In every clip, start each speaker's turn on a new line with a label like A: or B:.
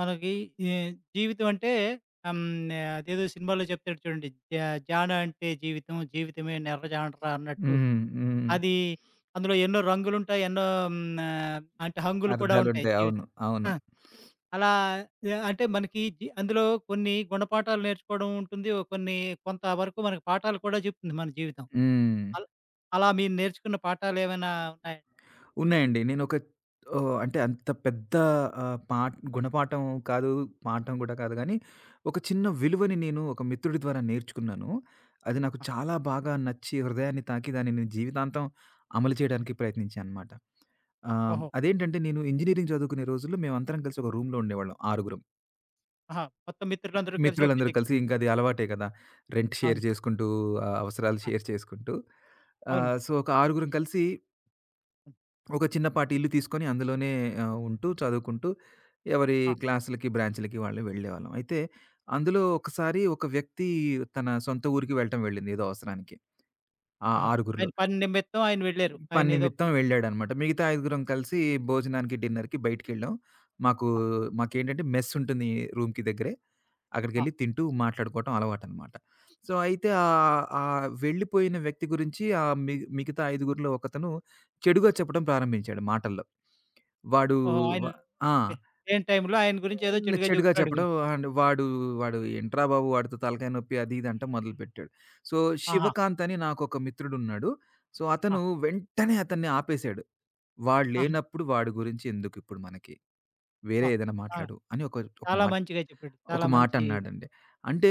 A: మనకి ఈ జీవితం అంటే ఆహ్, హ్మ్. అదేదో సినిమాలో చెప్తాడు చూడండి. జాడ అంటే జీవితం, జీవితమే నెర్ర జాండ్ర అన్నట్టు.
B: హ్మ్. హ్మ్.
A: అది అందులో ఎన్నో రంగులుంటాయి. ఎన్నో అంటే హంగులు కూడా ఉంటాయి
B: అర్థాలుంటాయి. అవును.
A: జీవితం.
B: అవును.
A: ఆ! అలా అంటే మనకి అందులో కొన్ని గుణపాఠాలు నేర్చుకోవడం ఉంటుంది. ఓ కొన్ని కొంతవరకు మనకు పాఠాలు కూడా చెప్తుంది మన జీవితం.
B: హ్మ్.
A: అల్ అలా మీరు నేర్చుకున్న పాఠాలేమైనా ఉన్నాయా?
B: ఉన్నాయండి. నేనొక ఓహ్! అంటే అంత పెద్ద ఆహ్, పాఠ్ గుణపాఠం కాదు, పాఠం గూడా కాదు గానీ, ఒక చిన్న విలువని నేను ఒక మిత్రుడి ద్వారా నేర్చుకున్నాను. అది నాకు
A: ఆ!
B: చాలా బాగా నచ్చి, హృదయాన్ని తాకి, దాన్ని నేను జీవితాంతం అమలు చేయడానికి ప్రయత్నించాననమాట.
A: ఓహో!
B: అదేంటంటే, నేను ఇంజినీరింగ్ చదువుకునే రోజుల్లో మేమందరం కలిసి ఒక రూమ్‌లో ఉండేవాళ్ళం ఆరుగురం.
A: ఆహా! మొత్తం మిత్రులందరూ కలిసి ఒకే
B: మిత్రులందరూ కలిసి
A: దగ్గరుండి.
B: ఇంక అది అలవాటే కదా! రెంట్ షేర్
A: అవును.
B: చేసుకుంటూ, అవసరాలు
A: ఆ!
B: షేర్ చేసుకుంటూ
A: అవును.
B: ఒక ఆరుగురం కలిసి
A: హ్మ్.
B: ఒక చిన్నపాటి ఇల్లు తీసుకొని అందులోనే ఉంటూ, చదువుకుంటూ ఎవరి
A: ఆ!
B: క్లాసులకి, బ్రాంచ్‌లకి వాళ్ళు వెళ్ళేవాళ్ళం. అయితే అందులో ఒకసారి ఒక వ్యక్తి తన సొంత ఊరికి వెళ్ళటం వెళ్ళింది ఏదో అవసరానికి. ఆ
A: ఆహా!
B: ఆరుగురిలో.
A: ఆయన పని నిమిత్తం ఆయన వెళ్లారు.
B: పని
A: ఆయనేదో
B: నిమిత్తం
A: పని.
B: వెళ్ళాడనమాట. మిగతా ఐదుగురం కలిసి భోజనానికి, డిన్నర్‌కి బయటికెళ్ళాం. మాకు
A: ఆ!
B: మాకేంటంటే మెస్ ఉంటుంది రూమ్‌కి దగ్గరే.
A: ఆ!
B: అక్కడికెళ్ళి తింటూ మాట్లాడుకోవటం అలవాటనమాట. సో, అయితే ఆహ్, ఆహ్, వెళ్ళిపోయిన వ్యక్తి గురించి ఆహ్, మి మిగతా ఐదుగురిలో ఒకతను చెడుగా చెప్పడం ప్రారంభించాడు మాటల్లో. వాడు
A: ఓహో! ఆయన
B: వ ఆ!
A: లే లేని టైంలో ఆయన గురించి ఏదో
B: ఇలా
A: చెడుగా
B: చెడుగా
A: చెప్తున్నాడు వి.
B: చెప్పడం అండ్ వాడు వాడు "ఏంట్రా బాబు! వాడితో తలకాయ నొప్పి" అది ఇది అనటం మొదలుపెట్టాడు. సో,
A: ఆహా!
B: శివకాంత్ అని నాకొక మిత్రుడున్నాడు.
A: ఆ!
B: అతను వెంటనే అతన్ని ఆపేశాడు. "వాడు
A: ఆహా!
B: లేనప్పుడు వాడి గురించి ఎందుకిప్పుడు మనకి? వేరే
A: వా,
B: ఏదైనా
A: ఆ!
B: మాట్లాడు" అని ఒక ఒక
A: చాలా
B: మాట
A: మంచిగా చెప్పాడు.
B: ఒక
A: చాలా మంచి.
B: మాటన్నాడండి. అంటే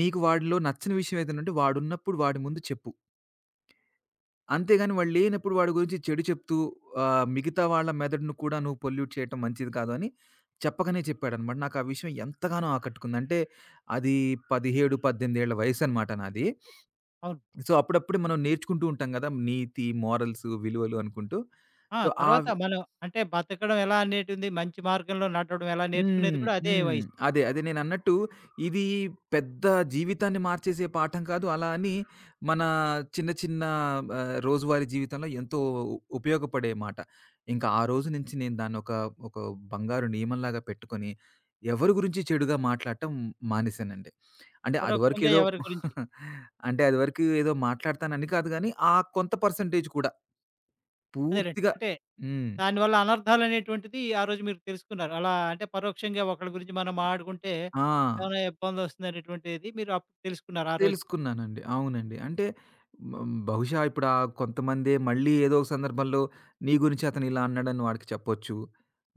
B: నీకు వాడిలో నచ్చని విషయం ఏదైనుంటే వాడున్నప్పుడు వాడి ముందు చెప్పు. అంతేగాని వాడు లేనప్పుడు వాడి గురించి చెడు చెప్తూ మిగతా వాళ్ళ మెదడును కూడా నువ్వు పొల్యూట్ చేయటం మంచిది కాదు అని చెప్పకనే చెప్పాడనమాట. నాకు ఆ విషయం ఎంతగానో ఆకట్టుకుంది. అంటే అది 17, 18 ఏళ్ల వయసనమాట నాది.
A: అవును.
B: అప్పుడప్పుడే మనం నేర్చుకుంటూ ఉంటాం గదా! నీతి, మోరల్స్, విలువలు అనుకుంటూ.
A: ఆ!
B: సో, ఆ
A: తర్వాత మనం అంటే బతకడం ఎలా అనేటుంది, మంచి మార్గంలో నడవడం ఎలా నేర్చుకునేది
B: హ్మ్.
A: కూడా అదే
B: హ్మ్.
A: వయసు.
B: అదే. అదే నేనన్నట్టు ఇది పెద్ద జీవితాన్ని మార్చేసే పాఠం కాదు. అలా అని మన చిన్న చిన్న రోజువారీ జీవితంలో ఎంతో ఉపయోగపడే మాట. ఇంకా ఆ రోజు నుంచి నేను దాన్నొక ఒక బంగారు నియమంలాగా పెట్టుకొని ఎవరి గురించి చెడుగా మాట్లాడటం మానేశానండి. అంటే అది వరకు
A: పరోక్షంగా
B: ఏదో
A: ఎవరి గురించి
B: అంటే అది వరకు ఏదో మాట్లాడతానని కాదు గానీ, ఆ కొంత పర్సెంటేజ్ కూడా
A: అదేలెండి.
B: పూర్తిగా
A: అంటే
B: హ్మ్.
A: దానివల్ల అనర్థాలనేటువంటిది ఆ రోజు మీరు తెలుసుకున్నారు. అలా అంటే పరోక్షంగా ఒకళ్ళ గురించి మనం మాట్లాడుకుంటే
B: ఆ!
A: ఏమైనా ఇబ్బందొస్తుందనేటువంటిది మీరు అప్పుడు తెలుసుకున్నారు ఆ రోజు.
B: తెలుసుకున్నానండి. అవునండి. అంటే బహుశా ఇప్పుడు ఆ కొంతమందే మళ్ళీ ఏదో ఒక సందర్భంలో నీ గురించి అతను ఇలా అన్నాడని వాడికి చెప్పొచ్చు.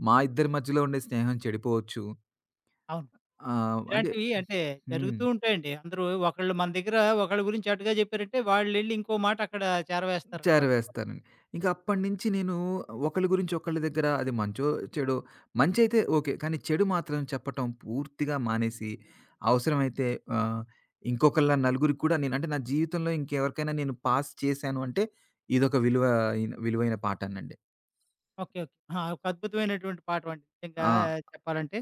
B: మా ఇద్దరి మధ్యలో ఉండే స్నేహం చెడిపోవచ్చు.
A: అవును.
B: అంటే
A: ఇలాంటివి అంటే
B: హ్మ్.
A: జరుగుతూ ఉంటాయండి. అందరూ ఒకళ్ళు మన దగ్గర ఒకళ్ళ గురించి అటుగా చెప్పారంటే, వాళ్ళెళ్లి ఇంకో మాట అక్కడ చేరవేస్తారనమాట. ఓకే.
B: చేరవేస్తానండి. ఇంకా అప్పటినుంచి నేను ఒకళ్ళ గురించి ఒకళ్ళ దగ్గర అది మంచో, చెడో మంచైతే ఓకే. కానీ చెడు మాత్రం చెప్పటం పూర్తిగా మానేసి, అవసరమైతే ఆహ్, ఇంకొకళ్ళ నలుగురికి కూడా నేను అంటే నా జీవితంలో ఇంకెవరికైనా నేను పాస్ చేశాను అంటే, ఇదొక విలువైన పాఠానండి.
A: ఓకే. ఆ! ఒక అద్భుతమైనటువంటి పాఠమండి నిజంగా
B: ఆ!
A: చెప్పాలంటే.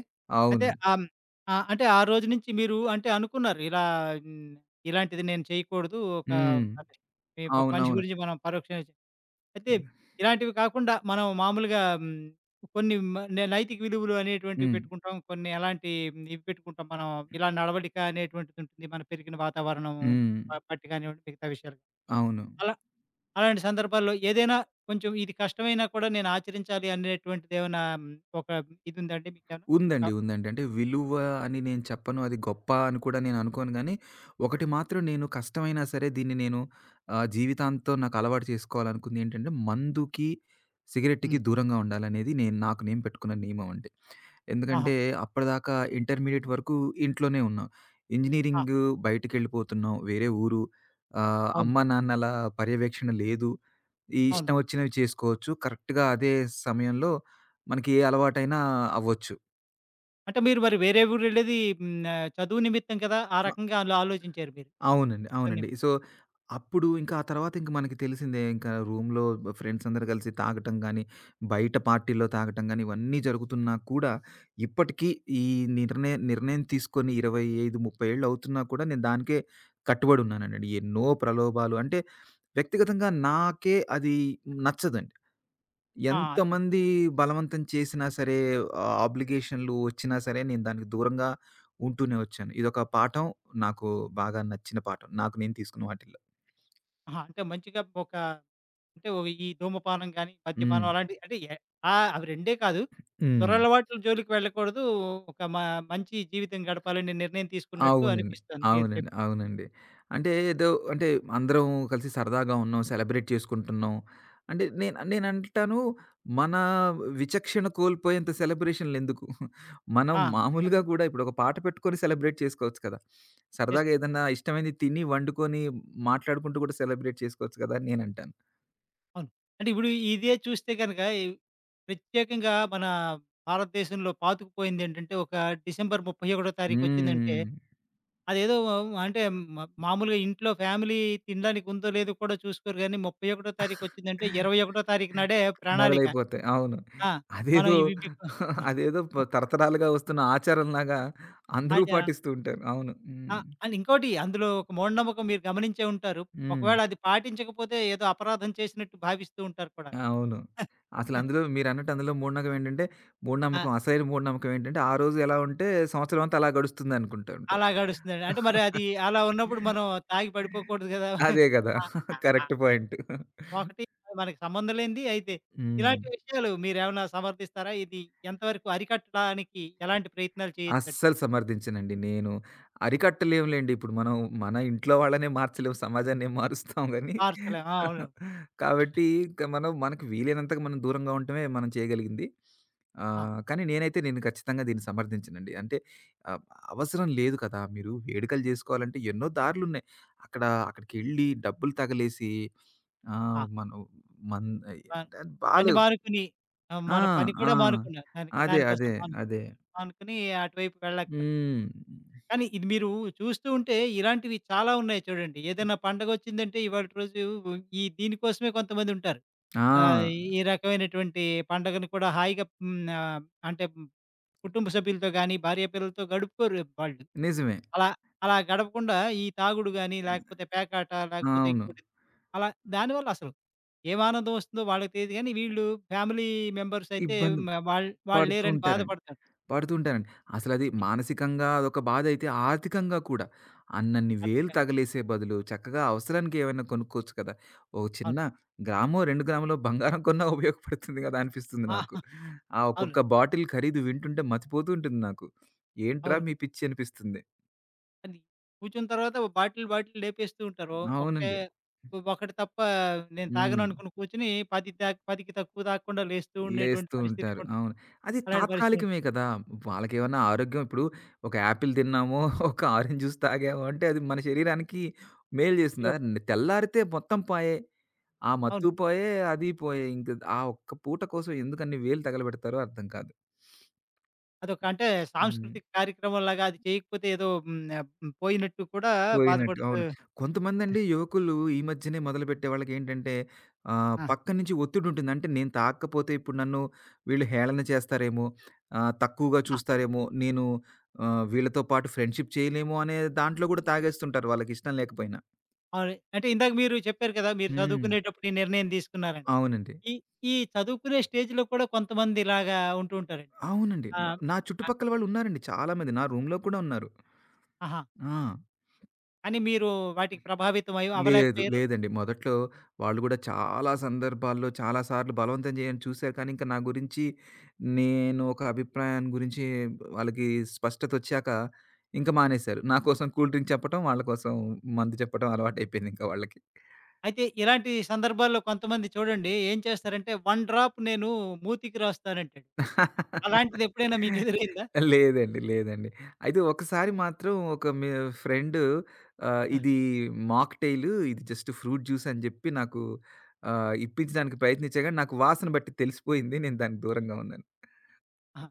A: అయితే
B: అవునండి.
A: అంటే ఆ రోజు నుంచి మీరు అంటే అనుకున్నారు ఇలా హ్మ్, ఇలాంటిది నేను చేయకూడదు. ఒక
B: హ్మ్.
A: అంటే, ఈ ఒక మనిషి
B: అవునవును.
A: గురించి మనం పరోక్షంగా చె. అయితే ఇలాంటివి కాకుండా మనం మామూలుగా కొన్ని మ నే నైతిక విలువలు అనేటువంటివి
B: హ్మ్.
A: పెట్టుకుంటాం. కొన్ని ఎలాంటి ఇవి పెట్టుకుంటాం మనం. ఇలా నడవడిక అనేటువంటిది ఉంటుంది. మన పెరిగిన వాతావరణం
B: హ్మ్.
A: బట్టి కానివ్వండి మిగతా విషయాలు.
B: అవును.
A: అలా అలాంటి సందర్భాల్లో ఏదైనా కొంచెం ఇది కష్టమైనా కూడా నేను ఆచరించాలి అనేటువంటిదేమైనా ఒక ఇదుందండి మీకేమైనా? ఒక
B: ఉందండి. ఉందండి. అంటే విలువ అని నేను చెప్పను. అది గొప్ప అని కూడా నేను అనుకోను గానీ, ఒకటి మాత్రం నేను కష్టమైనా సరే దీన్ని నేను జీవితాంతం నాకు అలవాటు చేసుకోవాలనుకుంది ఏంటంటే, మందుకి, సిగరెట్‌కి
A: హ్మ్.
B: దూరంగా ఉండాలనేది నాకు నేను పెట్టుకున్న నియమం అండి.
A: ఆహా!
B: ఎందుకంటే అప్పటిదాకా ఇంటర్మీడియేట్ వరకు ఇంట్లోనే ఉన్నాం.
A: ఆ!
B: ఇంజినీరింగ్ బయటికెళ్ళిపోతున్నాం. వేరే ఊరు.
A: అవును.
B: అమ్మా, నాన్నల పర్యవేక్షణ లేదు. ఈ
A: అవును.
B: ఇష్టం వచ్చినవి చేసుకోవచ్చు. కరెక్ట్‌గా అదే సమయంలో మనకి ఏ అలవాటైనా అవ్వచ్చు.
A: అంటే మీరు మరి వేరే ఊరెళ్ళేది చదువు నిమిత్తం కదా! ఆ రకంగా అలా ఆలోచించారు మీరు.
B: అవునండి.
A: చదువు
B: అవునండి.
A: నిమి.
B: అప్పుడు ఇంకా ఆ తర్వాత ఇంక మనకి తెలిసిందే ఇంకా రూమ్‌లో ఫ్రెండ్స్ అందరూ కలిసి తాగటం గాని, బయట పార్టీల్లో తాగటం గాని ఇవన్నీ జరుగుతున్నా కూడా ఇప్పటికీ ఈ నిర్ణయం తీసుకొని 25, 30 ఏళ్ళు అవుతున్నా కూడా నేను దానికే కట్టుబడి ఉన్నానండి. ఎన్నో ప్రలోభాలు అంటే వ్యక్తిగతంగా నాకే అది నచ్చదండి.
A: ఆ! అదే.
B: ఎంతమంది బలవంతం చేసినా సరే, ఆబ్లిగేషన్‌లు వచ్చినా సరే, నేను దానికి దూరంగా ఉంటూనే వచ్చాను. ఇదొక పాఠం నాకు బాగా నచ్చిన పాఠం. నాకు నేను తీసుకున్న వాటిల్లో.
A: ఆహా! అంటే మంచిగా ఒక అంటే ఓ ఈ ధూమపానం గాని,
B: హ్మ్.
A: మద్యపానం అలాంటివి అంటే అవి రెండే కాదు.
B: హ్మ్.
A: దురలవాట్ల జోలికి వెళ్ళకూడదు. ఒక మంచి జీవితం గడపాలనే నిర్ణయం తీసుకున్నట్టు
B: అవునండి.
A: అనిపిస్తుంది మీరు
B: అవునండి.
A: చెప్పిన.
B: అవునండి. అంటే ఏదో అంటే అందరం కలిసి సరదాగా ఉన్నాం. సెలబ్రేట్ చేసుకుంటున్నాం. అంటే నేనంటాను మన విచక్షణ కోల్పోయేంత సెలబ్రేషన్‌లెందుకు? మనం
A: ఆ!
B: మామూలుగా కూడా ఇప్పుడు ఒక పాట పెట్టుకొని సెలబ్రేట్ చేసుకోవచ్చు కదా! సరదాగా
A: చేసుకో,
B: ఏదన్నా ఇష్టమైనది తిని, వండుకొని, మాట్లాడుకుంటూ కూడా సెలబ్రేట్ చేసుకోవచ్చు కదా! అని నేనంటాను.
A: అవును. అంటే ఇప్పుడు ఇదే చూస్తే గనక ఈ ప్రత్యేకంగా మన భారతదేశంలో పాతుకుపోయిందేంటంటే, ఒక డిసెంబర్ 31 తారీఖు వచ్చిందంటే,
B: హ్మ్.
A: అదేదో అంటే మామూలుగా ఇంట్లో ఫ్యామిలీ తినడానికి ఉందో లేదో కూడా చూసుకోరు గానీ, 31 తారీఖు వచ్చిందంటే 21 తారీఖు నాడే ప్రణాళిక.
B: మొదలైపోతాయి. అవును.
A: ఆ! మనం
B: అదేదో
A: ఇవి బిక్
B: అదేదో తరతరాలుగా వస్తున్న ఆచారంలాగా అందరూ
A: ఆచార
B: పాటిస్తూ ఉంటారు. అవును. హ్మ్.
A: ఆ! అండ్ ఇంకోటి అందులో ఒక మూఢనమ్మకం మీరు గమనించే ఉంటారు.
B: హ్మ్.
A: ఒకవేళ అది పాటించకపోతే ఏదో అపరాధం చేసినట్టు భావిస్తూ ఉంటారు కూడా.
B: అవును. అసలందులో మీరన్నట్టు అందులో మూఢనమ్మకం ఏంటంటే,
A: ఆ!
B: అసలైన మూఢనమ్మకం ఏంటంటే, ఆ రోజు ఎలా ఉంటే సంవత్సరం అంతా అలా గడుస్తుందనుకుంటూ ఉంటాం.
A: అలా గడుస్తుందండి. అంటే మరి అది అలా ఉన్నప్పుడు మనం తాగి పడిపోకూడదు గదా!
B: అదే గదా!
A: ఆ! ఆ! ఆ!
B: Correct point.
A: ఒకటి మనకి సంబంధం లేనిది అయితే.
B: హ్మ్.
A: ఇలాంటి విషయాలు మీరేమైనా సమర్థిస్తారా? ఇది ఎంతవరకు అరికట్టడానికి ఎలాంటి ప్రయత్నాలు చేయొచ్చండి?
B: అస్సలు సమర్థించనండి. నేను అరికట్టలేంలేండి. ఇప్పుడు మనం మన ఇంట్లో వాళ్ళనే మార్చలేం. సమాజాన్ని ఏం మారుస్తాం గానీ.
A: మార్చలే ఆ! అవును.
B: కాబట్టి ఇంక మనం మనకు వీలైనంతగా మనం దూరంగా ఉండటమే మనం చేయగలిగింది.
A: ఆ!
B: కానీ నేనైతే ఖచ్చితంగా దీన్ని సమర్థించనండి. అంటే ఆహ్, అవసరం లేదు కదా! మీరు వేడుకలు జేసుకోవాలంటే ఎన్నో దారులున్నాయి. అక్కడ అక్కడికెళ్ళి డబ్బులు తగలేసి
A: ఆ!
B: మనం మన్
A: ప పని
B: బాలేవు.
A: మానుకుని
B: ఆ!
A: మన పని
B: ఆ!
A: కూడా మానుకున్నారు. దానికి
B: అదే.
A: దానికోసం
B: అదే.
A: మాను
B: అదే.
A: అనుకుని అటువైపు వెళ్ళక్కర్లేదు.
B: హ్మ్.
A: కానీ ఇది మీరు చూస్తూ ఉంటే ఇలాంటివి చాలా ఉన్నాయి చూడండి. ఏదైనా పండగొచ్చిందంటే ఇవాళటి రోజు ఈ దీనికోసమే కొంతమందుంటారు.
B: ఆ!
A: ఆహ్, ఈ రకమైనటువంటి పండగను కూడా హాయిగా అంటే కుటుంబ సభ్యులతో గానీ, భార్య పిల్లలతో గడుపుకోరు వాళ్ళు.
B: నిజమే.
A: అలా అలా గడపకుండా ఈ తాగుడు గానీ, లేకపోతే పేకాట, లేకపోతే
B: అవును.
A: ఇంకోటి అలా దానివల్ల అసలు ఏం ఆనందం వస్తుందో వాళ్ళకి తెలీదు గానీ, వీళ్ళు ఫ్యామిలీ మెంబర్స్ అయితే
B: ఇబ్బంది
A: మ వాళ్ వాళ్ళు
B: పడుతూ
A: లేరని
B: ఉంటారండి.
A: బాధపడతారు.
B: పడుతూ ఉంటారండి. అసలది మానసికంగా అదొక బాధైతే, ఆర్థికంగా కూడా అన్నన్ని వేలు
A: ఆర్థికంగా.
B: తగలేసే బదులు చక్కగా అవసరానికి ఏమైనా కొనుక్కోవచ్చు కదా! ఒక చిన్న
A: అవును.
B: గ్రామో, 2 గ్రాములో బంగారం కొన్నా ఉపయోగపడుతుంది కదా! అనిపిస్తుంది
A: ఆ!
B: నాకు. ఆ
A: అవును.
B: ఒక్కొక్క బాటిల్ ఖరీదు వింటుంటే మతిపోతూ ఉంటుంది నాకు. ఏంట్రా
A: అవును.
B: మీ పిచ్చి అనిపిస్తుంది.
A: అది కూర్చున్న తర్వాత ఓ బాటిల్ లేపేస్తూ ఉంటారు. ఒకటే
B: అవునండి.
A: ఒకటి తప్ప నేను తాగను
B: హ్మ్.
A: అనుకుని కూర్చొని 10 తా 10కి తక్కువ తాగకుండా లేస్తూ ఉండేటువంటి
B: లేస్తూ
A: పరిస్థితి
B: ఉంటారు.
A: కూడా.
B: అవును. అది
A: అలాంటి పరిస్థితి
B: తాత్కాలికమే కదా! వాళ్ళకేమన్నా ఆరోగ్యం ఇప్పుడు ఒక యాపిల్ తిన్నామో, ఒక ఆరెంజ్ జ్యూస్ తాగామో అంటే అది మన శరీరానికి మేలు చేస్తుంది. అదే
A: ఉపయోగపడదు.
B: తెల్లారితే మొత్తం పాయే. ఆ మత్తు
A: అవును.
B: పోయే, అది పోయే. ఇంక ఆ ఒక్క పూట కోసం ఎందుకన్ని వేలు తగలబెడతారో అర్థం కాదు.
A: అదొక అంటే
B: హ్మ్.
A: సాంస్కృతిక కార్యక్రమంలాగా అది చేయకపోతే ఏదో పోయినట్టు కూడా
B: పోయినట్టు.
A: బాధపడుతూ.
B: అవును. కొంతమందండి యువకులు ఈ మధ్యనే మొదలుపెట్టే వాళ్ళకేంటంటే
A: ఆ!
B: పక్కన నుంచి ఒత్తిడుంటుంది. అంటే నేను తాకకపోతే ఇప్పుడు నన్ను వీళ్ళు హేళన చేస్తారేమో, తక్కువగా
A: ఆ!
B: చూస్తారేమో, నేను వీళ్ళతో పాటు ఫ్రెండ్‌షిప్ చేయలేమో అనే దాంట్లో కూడా తాగేస్తుంటారు వాళ్ళకిష్టం లేకపోయినా.
A: అవును. అంటే ఇందాక మీరు చెప్పారు కదా! మీరు
B: హ్మ్.
A: చదువుకునేటప్పుడు ఈ నిర్ణయం తీసుకున్నారని.
B: అవునండి.
A: ఈ ఈ చదువుకునే స్టేజ్‌లో కూడా కొంతమంది ఇలాగా ఉంటూ ఉంటారండి.
B: అవునండి.
A: ఆ!
B: నా
A: ఆ!
B: చుట్టుపక్కల వాళ్ళున్నారండి చాలా మంది. నా రూమ్‌లో కూడా ఉన్నారు.
A: ఆహా!
B: ఆ!
A: అని మీరు వాటికి ప్రభావితం
B: లేదు.
A: అవ్వలేకపోయారు.
B: లేదండి. మొదట్లో వాళ్ళు గూడా చాలా సందర్భాల్లో, చాలా సార్లు బలవంతం చేయని చూసారు. కానీ, ఇంక నా గురించి నేను ఒక అభిప్రాయం గురించి వాళ్ళకి స్పష్టతొచ్చాక ఇంక మానేశారు. నా కోసం కూల్ డ్రింక్ చెప్పటం, వాళ్ళ కోసం మందు చెప్పటం అలవాటయిపోయిందింక వాళ్ళకి.
A: అయితే ఇలాంటి సందర్భాల్లో కొంతమంది చూడండి ఏం చేస్తారంటే, 1 డ్రాప్ నేను మూతికి రాస్తానంటాడు. అలాంటిది ఎప్పుడైనా మీకు ఎదురైందా?
B: లేదండి. లేదండి. అయితే ఒకసారి మాత్రం ఒక మీ ఫ్రెండు
A: ఆ!
B: ఇది మాక్‌టెయిలు ఇది జస్ట్ ఫ్రూట్ జ్యూస్ అని జెప్పి నాకు ఇప్పించడానికి ప్రయత్నించా గానీ, నాకు వాసన బట్టి తెలిసిపోయింది. నేను దానికి దూరంగా ఉన్నాను.
A: ఆహా!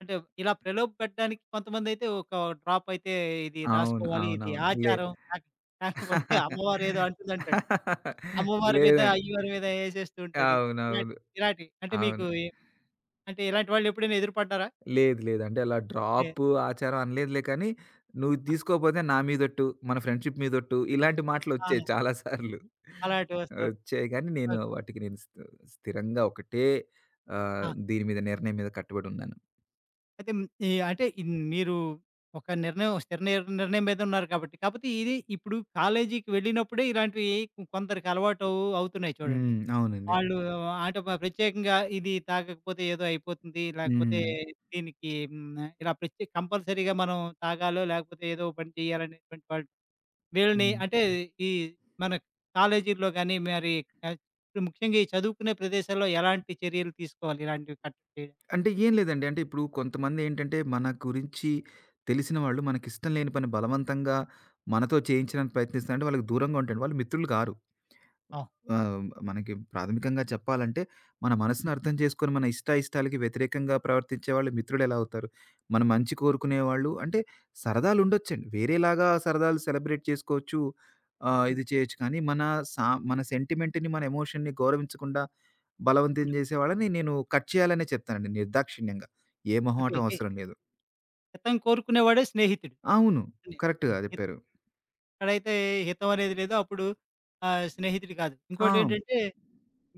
A: అంటే ఇలా ప్రలోభపెట్టడానికి కొంతమందైతే ఒక డ్రాప్ అయితే ఇది
B: అవును.
A: రాసుకోవాలి, ఇది
B: అవునవును.
A: ఆచారం. కాక కాకపోతే అమ్మవారు ఏదో అంటుందంటాడు. అమ్మవారి మీద,
B: లేదండి.
A: అయ్యవారి మీద ఏసేస్తూ ఉంటాడు. ఇలాంటి
B: అవునవును.
A: ఇలాంటివి అంటే మీకు
B: అవును.
A: ఏ-. అంటే ఇలాంటి వాళ్ళు ఎప్పుడైనా ఎదురుపడ్డారా?
B: లేదు లేదు. అంటే అలా
A: ఏ
B: డ్రాపు, ఆచారం అనలేదులే కానీ, "నువ్వు ఇది
A: ఆ!
B: తీసుకోకపోతే నా మీదొట్టు, మన ఫ్రెండ్‌షిప్ మీదొట్టు" ఇలాంటి
A: ఆ!
B: మాటలొచ్చాయి చాలా సార్లు.
A: అలాంటివి వస్తూ ఉంటాయి.
B: వచ్చాయి కానీ
A: ఓకే.
B: వాటికి నేను స్థిరంగా ఒకటే ఆహ్,
A: ఆ!
B: దీని మీద నిర్ణయం మీద కట్టుబడున్నాను.
A: అయితే హ్మ్. ఈ అంటే ఇన్ మీరు ఒక నిర్ణయం స్థిర నిర్ నిర్ణయం మీద ఉన్నారు కాబట్టి. కాపోతే ఇది ఇప్పుడు కాలేజీకి వెళ్ళినప్పుడే ఇలాంటివి కొ- కొందరికి అలవాటు అవుతున్నాయి చూడండి.
B: హ్మ్. అవునండి.
A: వాళ్ళు అంటే ప్రత్యేకంగా ఇది తాగకపోతే ఏదో అయిపోతుంది. లేకపోతే
B: హ్మ్.
A: దీనికి హ్మ్. ఇలా కంపల్సరీగా మనం తాగాలో లేకపోతే ఏదో ఒక పని చేయాలనేటువంటి వాళ్ళు వీళ్ళని
B: హ్మ్.
A: అంటే ఈ మన కాలేజీల్లో గాని మరి ఆహ్, ముఖ్యంగా ఈ చదువుకునే ప్రదేశాల్లో ఎలాంటి చర్యలు తీసుకోవాలి? ఇలాంటివి కట్టడి చేయడానికి?
B: అంటే ఏం లేదండి. అంటే ఇప్పుడు కొంతమందేంటంటే మన గురించి తెలిసిన వాళ్ళు మనకిష్టం లేని పని బలవంతంగా మనతో చేయించడానికి ప్రయత్నిస్తారంటే వాళ్ళకి దూరంగా ఉంటాండి. వాళ్ళు మిత్రులు కారు.
A: ఆ!
B: మనకి ప్రాథమికంగా చెప్పాలంటే, మన మనసుని అర్థం చేసుకొని, మన ఇష్టాలకి వ్యతిరేకంగా ప్రవర్తించే వాళ్ళు మిత్రుడెలా అవుతారు? మన మంచి కోరుకునేవాళ్ళు అంటే, సరదాలుండొచ్చండి. వేరేలాగా సరదాలు సెలబ్రేట్ చేసుకోవచ్చు.
A: హ్మ్.
B: ఇది చేయొచ్చు. కానీ సా మన సెంటిమెంట్‌ని, మన ఎమోషన్‌ని గౌరవించకుండా బలవంతం
A: హ్మ్.
B: చేసే వాళ్ళని నేను కట్ చేయాలనే చెప్తానండి నిర్దాక్షిణ్యంగా. ఏ
A: అంటే
B: మొహమాటం అవసరం లేదు.
A: హితం కోరుకునేవాడే స్నేహితుడు.
B: అవును.
A: హ్మ్.
B: కరెక్ట్‌గా చెప్పారు.
A: ఎక్కడైతే హితం అనేది లేదో అప్పుడు స్నేహితుడు కాదు.
B: ఆ!
A: ఇంకోటేంటంటే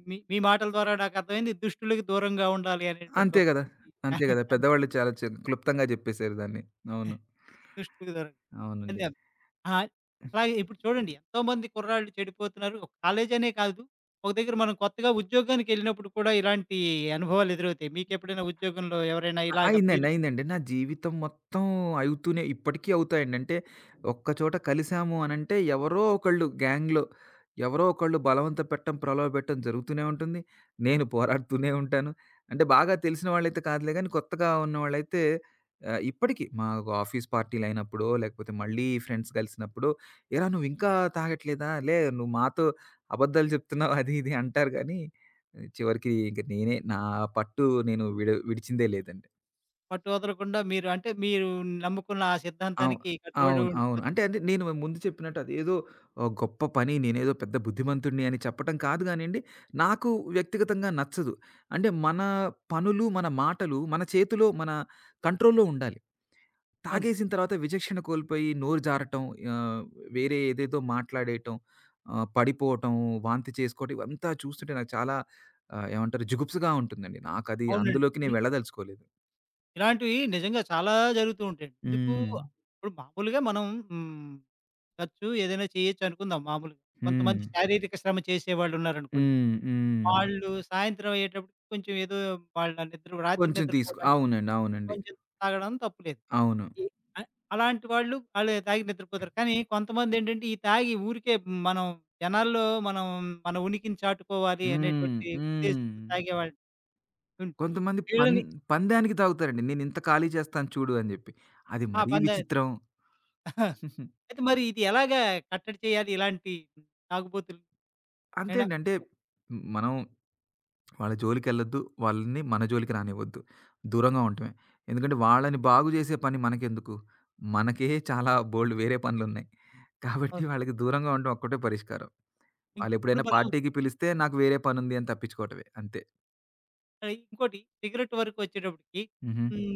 A: మీ మీ మాటల ద్వారా నాకర్థమైంది దుష్టులకి దూరంగా ఉండాలి అనేటువంటి
B: అంతే
A: ఒక
B: గదా!
A: మంచి.
B: అంతే గదా! పెద్దవాళ్ళు చాలా క్లుప్తంగా జెప్పేసారు దాన్ని. అవును.
A: దుష్టులకి దూరంగా.
B: అవునండి.
A: అంతే. ఆ!
B: ఆ!
A: అలాగే ఇప్పుడు చూడండి ఎంతోమంది కుర్రాళ్ళు చెడిపోతున్నారు. ఒక కాలేజనే కాదు. ఒక దగ్గర మనం కొత్తగా ఉద్యోగానికెళ్ళినప్పుడు కూడా ఇలాంటి అనుభవాలు ఎదురవుతాయి. మీకెప్పుడైనా ఉద్యోగంలో ఎవరైనా ఇలాగ
B: అయిందండి.
A: మీరు
B: అయిందండి. నా జీవితం మొత్తం అవుతూనే ఇప్పటికీ అవుతాయండి. అంటే ఒక్క చోట కలిసాము అనంటే ఎవరో ఒకళ్ళు గ్యాంగ్‌లో ఎవరో ఒకళ్ళు బలవంత పెట్టడం, ప్రలోభ పెట్టడం జరుగుతూనే ఉంటుంది. నేను పోరాడుతూనే ఉంటాను. అంటే బాగా తెలిసిన వాళ్ళైతే కాదులే గానీ కొత్తగా ఉన్నవాళ్ళైతే ఇప్పటికి మా ఆఫీస్ పార్టీలయినప్పుడో, లేకపోతే మళ్ళీ ఫ్రెండ్స్ కలిసినప్పుడో, "ఏరా! నువ్వింకా తాగట్లేదా? లే నువ్వు మాతో అబద్ధాలు చెప్తున్నావు" అది ఇది అంటారు గానీ, చివరికి ఇంక నేనే నా పట్టు నేను విడిచిందే లేదండి.
A: పట్టు వదలకుండా మీరు అంటే మీరు నమ్ముకున్న ఆ
B: అవు
A: సిద్ధాంతానికి కట్టుబడి
B: అవును. అవును.
A: ఉండిపోతారు.
B: అంటే అంటే నేను ముందు చెప్పినట్టు అదేదో గొప్ప పని నేనేదో పెద్ద బుద్ధిమంతుడిని అని చెప్పటం కాదు గానండి. నాకు వ్యక్తిగతంగా నచ్చదు. అంటే మన పనులు, మన మాటలు మన చేతిలో మన కంట్రోల్‌లో ఉండాలి.
A: అవును.
B: తాగేసిన తర్వాత విచక్షణ కోల్పోయి నోరు జారటం, ఆహ్, వేరే ఏదేదో మాట్లాడేయటం, పడిపోవటం, వాంతి చేసుకోవటం ఇవంతా చూస్తుంటే నాకు చాలా ఏమంటారు జుగుప్సగా ఉంటుందండి. నాకది
A: అవునండి.
B: అందులోకి
A: ఇ
B: నేను వెళ్ళదలుచుకోలేదు.
A: ఇలాంటివి నిజంగా చాలా జరుగుతూ ఉంటాయండి. ఎందుకు
B: హ్మ్.
A: ఇప్పుడు మామూలుగా మనం హ్మ్, ఖర్చు ఏదైనా చేయొచ్చు అనుకుందాం మామూలుగా.
B: హ్మ్.
A: కొంతమంది శారీరక శ్రమ చేసేవాళ్ళున్నారనుకోండి.
B: హ్మ్. హ్మ్.
A: వాళ్ళు ఉన్నారనుకోండి, వాళ్ళు సాయంత్రం అయ్యేటప్పటికి కొంచెం ఏదో వాళ్ళ నిద్ర రాత్రి
B: కొంచెం తీసుకు
A: నిద్రపోవడానికి
B: అవునండి. అవునండి.
A: కొంచెం తాగడం తప్పులేదు.
B: అవును.
A: ఈ అ అలాంటి వాళ్ళు వాళ్ళు తాగి నిద్రపోతారు. కానీ కొంతమందేంటంటే ఈ తాగి ఊరికే మనం జనాల్లో మనం మన ఉనికిని చాటుకోవాలి
B: హ్మ్.
A: అనేటువంటి
B: హ్మ్.
A: ఉద్దేశంతో తాగేవాళ్ళు. హ్మ్.
B: కొంతమంది
A: వీళ్ళని.
B: పందానికి తాగుతారండి. నేనింత ఖాళీ చేస్తాను చూడు అని జెప్పి. అది
A: ఆ!
B: మరీ
A: పందాయ్.
B: విచిత్రం.
A: అయితే మరి ఇది ఎలాగా కట్టడి చేయాలి ఇలాంటి తాగుబోతులు
B: అంతే
A: అయినా
B: అండి.
A: అంటే
B: అంటే మనం వాళ్ళ జోలికెళ్ళొద్దు. వాళ్ళని మన జోలికి రానివ్వద్దు. దూరంగా ఉండటమే. ఎందుకంటే వాళ్ళని బాగు జేసే పని మనకెందుకు? మనకే చాలా బోలెడు వేరే పనులున్నాయి. కాబట్టి
A: అవును.
B: వాళ్ళకి దూరంగా ఉండడం ఒక్కటే పరిష్కారం.
A: ఇంక ఇప్పుడు
B: వాళ్ళెప్పుడైనా
A: మనం
B: పార్టీకి పిలిస్తే నాకు వేరే పనుంది అని తప్పించుకోవటమే అంతే.
A: ఆ, ఇంకోటి సిగరెట్ వరకు వచ్చేటప్పటికి
B: హుహు.
A: హ్మ్.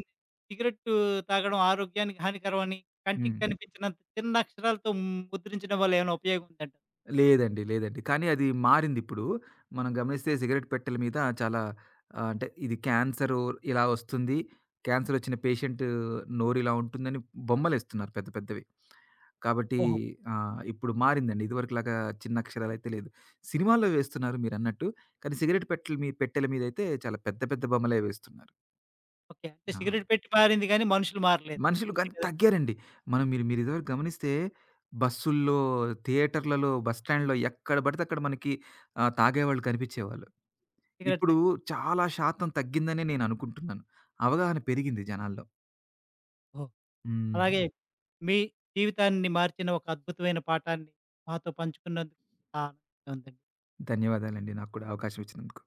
A: సిగరెట్టు తాగడం ఆరోగ్యానికి హానికరం అని కంటికి
B: హ్మ్.
A: కనిపించినంత చిన్న అక్షరాలతో ముద్రించడం వల్ల ఏమైనా ఉపయోగం ఉందంటారా?
B: లేదండి. లేదండి. కానీ అది మారిందిప్పుడు. మనం గమనిస్తే సిగరెట్ పెట్టెల మీద చాలా అంటే ఇది క్యాన్సరు ఇలా వస్తుంది. క్యాన్సరొచ్చిన పేషెంట్ నోరు ఇలా ఉంటుందని బొమ్మలేస్తున్నారు పెద్ద పెద్దవి. కాబట్టి
A: ఓహో!
B: ఇప్పుడు మారిందండి. ఇదివరకులాగా చిన్న అక్షరాలైతే లేదు. సినిమాల్లో వేస్తున్నారు మీరన్నట్టు. కానీ సిగరెట్ పెట్టెల మీదైతే చాలా పెద్ద పెద్ద బొమ్మలే వేస్తున్నారు.
A: ఓకే. అంటే
B: ఆ!
A: సిగరెట్ పెట్టి పారింది గానీ మనుషులు మారలేదు.
B: మనుషులు
A: అంతే
B: కానీ
A: కదా!
B: తగ్గారండి. మనం మీరు మీరు ఇదివరకు గమనిస్తే బస్సుల్లో, థియేటర్‌లలో, బస్ స్టాండ్‌లో ఎక్కడ పడితే అక్కడ మనకి తాగేవాళ్ళు కనిపిచ్చేవాళ్ళు.
A: సిగరెట్
B: ఇప్పుడు
A: తాగి.
B: చాలా శాతం తగ్గిందనే నేననుకుంటున్నాను. అవగాహన పెరిగింది జనాల్లో.
A: ఓహో!
B: హ్మ్.
A: అలాగే మీ జీవితాన్ని మార్చిన ఒక అద్భుతమైన పాఠాన్ని మాతో పంచుకున్నందుకు చాలా ఆనందంగా ఉందండి.
B: ధన్యవాదాలండి. నాకు కూడా అవకాశం ఇచ్చినందుకు.